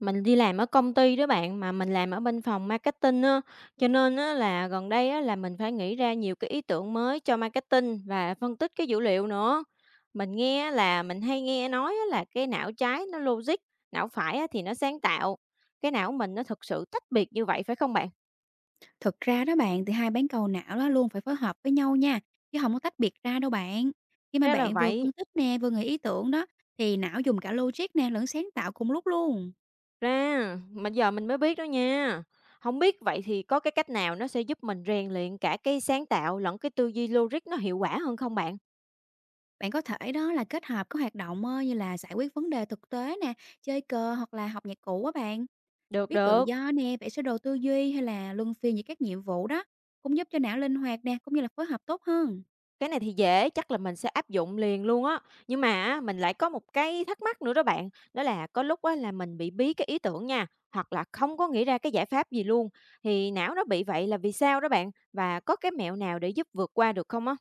Mình đi làm ở công ty đó bạn, mà mình làm ở bên phòng marketing á, cho nên á là gần đây á là mình phải nghĩ ra nhiều cái ý tưởng mới cho marketing và phân tích cái dữ liệu nữa. Mình nghe á là mình hay nghe nói á là cái não trái nó logic, não phải á thì nó sáng tạo. Cái não mình nó thực sự tách biệt như vậy phải không bạn? Thực ra đó bạn thì hai bán cầu não đó luôn phải phối hợp với nhau nha, chứ không có tách biệt ra đâu bạn. Khi mà Ra là bạn vừa vậy. phân tích nè, vừa nghĩ ý tưởng đó thì não dùng cả logic nè lẫn sáng tạo cùng lúc luôn. Ra, mà giờ mình mới biết đó nha. Không biết vậy thì có cái cách nào nó sẽ giúp mình rèn luyện cả cái sáng tạo lẫn cái tư duy logic nó hiệu quả hơn không bạn? Bạn có thể đó là kết hợp các hoạt động như là giải quyết vấn đề thực tế nè, chơi cờ hoặc là học nhạc cụ á bạn, Được viết tự được. do nè, vẽ sơ đồ tư duy hay là luân phiên giữa các nhiệm vụ đó, cũng giúp cho não linh hoạt nè, cũng như là phối hợp tốt hơn. Cái này thì dễ, chắc là mình sẽ áp dụng liền luôn á. Nhưng mà á, mình lại có một cái thắc mắc nữa đó bạn, đó là có lúc á là mình bị bí cái ý tưởng nha, hoặc là không có nghĩ ra cái giải pháp gì luôn, thì não nó bị vậy là vì sao đó bạn? Và có cái mẹo nào để giúp vượt qua được không á?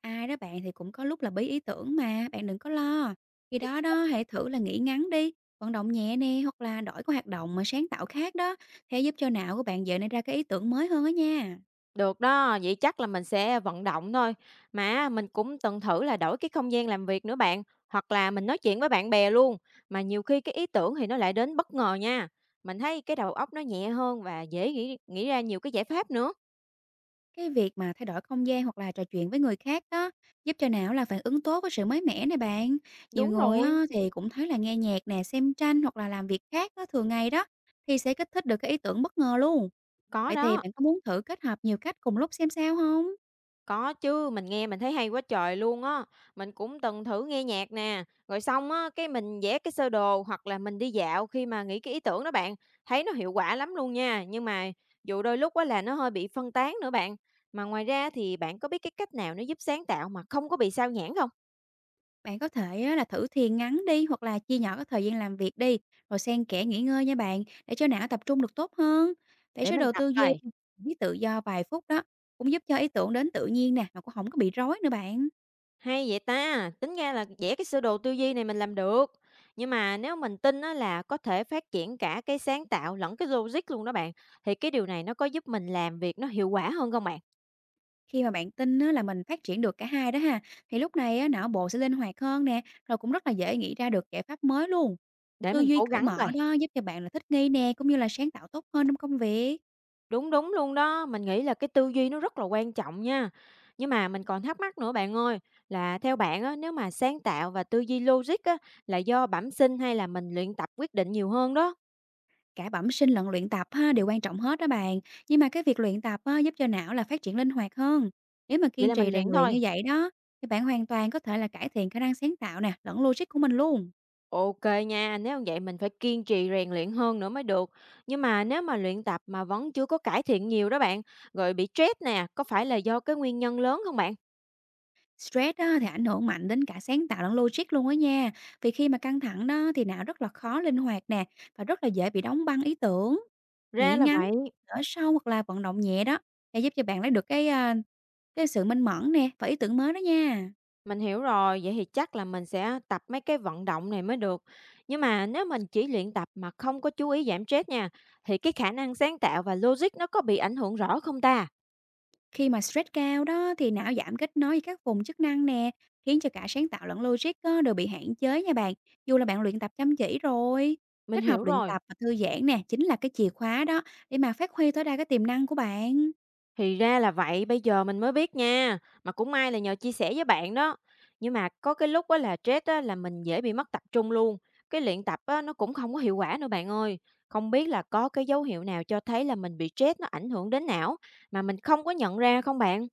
Ai đó bạn thì cũng có lúc là bí ý tưởng mà, bạn đừng có lo. Khi đó đó, hãy thử là nghỉ ngắn đi, vận động nhẹ nè, hoặc là đổi cái hoạt động mà sáng tạo khác đó, thế giúp cho não của bạn dễ nảy ra cái ý tưởng mới hơn đó nha. Được đó, vậy chắc là mình sẽ vận động thôi. Mà mình cũng từng thử là đổi cái không gian làm việc nữa bạn, hoặc là mình nói chuyện với bạn bè luôn, mà nhiều khi cái ý tưởng thì nó lại đến bất ngờ nha. Mình thấy cái đầu óc nó nhẹ hơn và dễ nghĩ nghĩ ra nhiều cái giải pháp nữa. Cái việc mà thay đổi không gian hoặc là trò chuyện với người khác đó, giúp cho não là phản ứng tốt với sự mới mẻ này bạn. Nhiều Đúng người rồi, á, thì cũng thấy là nghe nhạc nè, xem tranh hoặc là làm việc khác đó, thường ngày đó, thì sẽ kích thích được cái ý tưởng bất ngờ luôn. có Vậy thì đó, bạn có muốn thử kết hợp nhiều cách cùng lúc xem sao không? có chứ, mình nghe mình thấy hay quá trời luôn á. Mình cũng từng thử nghe nhạc nè, rồi xong á, cái mình vẽ cái sơ đồ hoặc là mình đi dạo khi mà nghĩ cái ý tưởng đó bạn, thấy nó hiệu quả lắm luôn nha. Nhưng mà dù đôi lúc á là nó hơi bị phân tán nữa bạn. Mà ngoài ra thì bạn có biết cái cách nào nó giúp sáng tạo mà không có bị sao nhãng không? Bạn có thể á là thử thiền ngắn đi hoặc là chia nhỏ cái thời gian làm việc đi, rồi xen kẽ nghỉ ngơi nha bạn, để cho não tập trung được tốt hơn. Bạn Để sẽ mình đầu tập tư duy coi. với tự do vài phút đó, cũng giúp cho ý tưởng đến tự nhiên nè, mà cũng không có bị rối nữa bạn. Hay vậy ta, tính ra là vẽ cái sơ đồ tư duy này mình làm được. Nhưng mà nếu mình tin á là có thể phát triển cả cái sáng tạo lẫn cái logic luôn đó bạn, thì cái điều này nó có giúp mình làm việc nó hiệu quả hơn không bạn? Khi mà bạn tin á là mình phát triển được cả hai đó ha, thì lúc này á não bộ sẽ linh hoạt hơn nè, rồi cũng rất là dễ nghĩ ra được giải pháp mới luôn. Để Tư mình duy cố cởi gắng mở coi. đó giúp cho bạn là thích nghi nè, cũng như là sáng tạo tốt hơn trong công việc. Đúng đúng luôn đó, mình nghĩ là cái tư duy nó rất là quan trọng nha. Nhưng mà mình còn thắc mắc nữa bạn ơi, là theo bạn á, nếu mà sáng tạo và tư duy logic á, là do bẩm sinh hay là mình luyện tập quyết định nhiều hơn đó? Cả bẩm sinh lẫn luyện tập ha đều quan trọng hết đó bạn, nhưng mà cái việc luyện tập á, giúp cho não là phát triển linh hoạt hơn. Nếu mà Vậy kiên là trì mình rèn luyện luyện thôi. như vậy đó, thì bạn hoàn toàn có thể là cải thiện khả năng sáng tạo nè, lẫn logic của mình luôn. OK nha, nếu vậy mình phải kiên trì rèn luyện hơn nữa mới được. Nhưng mà nếu mà luyện tập mà vẫn chưa có cải thiện nhiều đó bạn, rồi bị stress nè, có phải là do cái nguyên nhân lớn không bạn? Stress á, thì ảnh hưởng mạnh đến cả sáng tạo lẫn logic luôn á nha. Vì khi mà căng thẳng đó thì não rất là khó linh hoạt nè và rất là dễ bị đóng băng ý tưởng. Nghỉ Ra là ngắn, vậy, thở sâu hoặc là vận động nhẹ đó để giúp cho bạn lấy được cái sự minh mẫn nè và ý tưởng mới đó nha. mình hiểu rồi, vậy thì chắc là mình sẽ tập mấy cái vận động này mới được. Nhưng mà nếu mình chỉ luyện tập mà không có chú ý giảm stress nha, thì cái khả năng sáng tạo và logic nó có bị ảnh hưởng rõ không ta? Khi mà stress cao đó thì não giảm kết nối với các vùng chức năng nè, khiến cho cả sáng tạo lẫn logic á, đều bị hạn chế nha bạn, dù là bạn luyện tập chăm chỉ rồi. Mình Kết hợp hiểu luyện rồi. tập và thư giãn nè, chính là cái chìa khóa đó để mà phát huy tối đa cái tiềm năng của bạn. Thì ra là vậy, bây giờ mình mới biết nha, mà cũng may là nhờ chia sẻ với bạn đó. Nhưng mà có cái lúc á là stress á là mình dễ bị mất tập trung luôn, cái luyện tập á nó cũng không có hiệu quả nữa bạn ơi. Không biết là có cái dấu hiệu nào cho thấy là mình bị stress nó ảnh hưởng đến não mà mình không có nhận ra không bạn?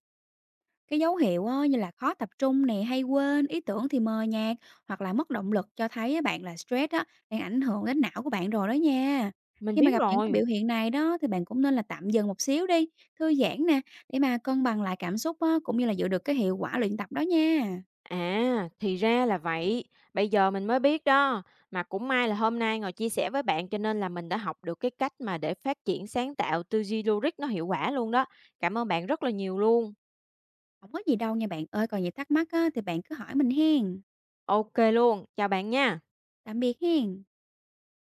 Cái dấu hiệu á, như là khó tập trung nè, hay quên ý tưởng thì mờ nhạt hoặc là mất động lực cho thấy á bạn là stress á, đang ảnh hưởng đến não của bạn rồi đó nha. Mình Khi mà biết gặp những cái rồi. biểu hiện này đó thì bạn cũng nên là tạm dừng một xíu đi, thư giãn nè, để mà cân bằng lại cảm xúc á, cũng như là giữ được cái hiệu quả luyện tập đó nha. À, thì ra là vậy. Bây giờ mình mới biết đó. Mà cũng may là hôm nay ngồi chia sẻ với bạn cho nên là mình đã học được cái cách mà để phát triển sáng tạo tư duy logic nó hiệu quả luôn đó. Cảm ơn bạn rất là nhiều luôn. Không có gì đâu nha bạn ơi, còn gì thắc mắc á, thì bạn cứ hỏi mình hen. OK luôn, chào bạn nha. Tạm biệt hen.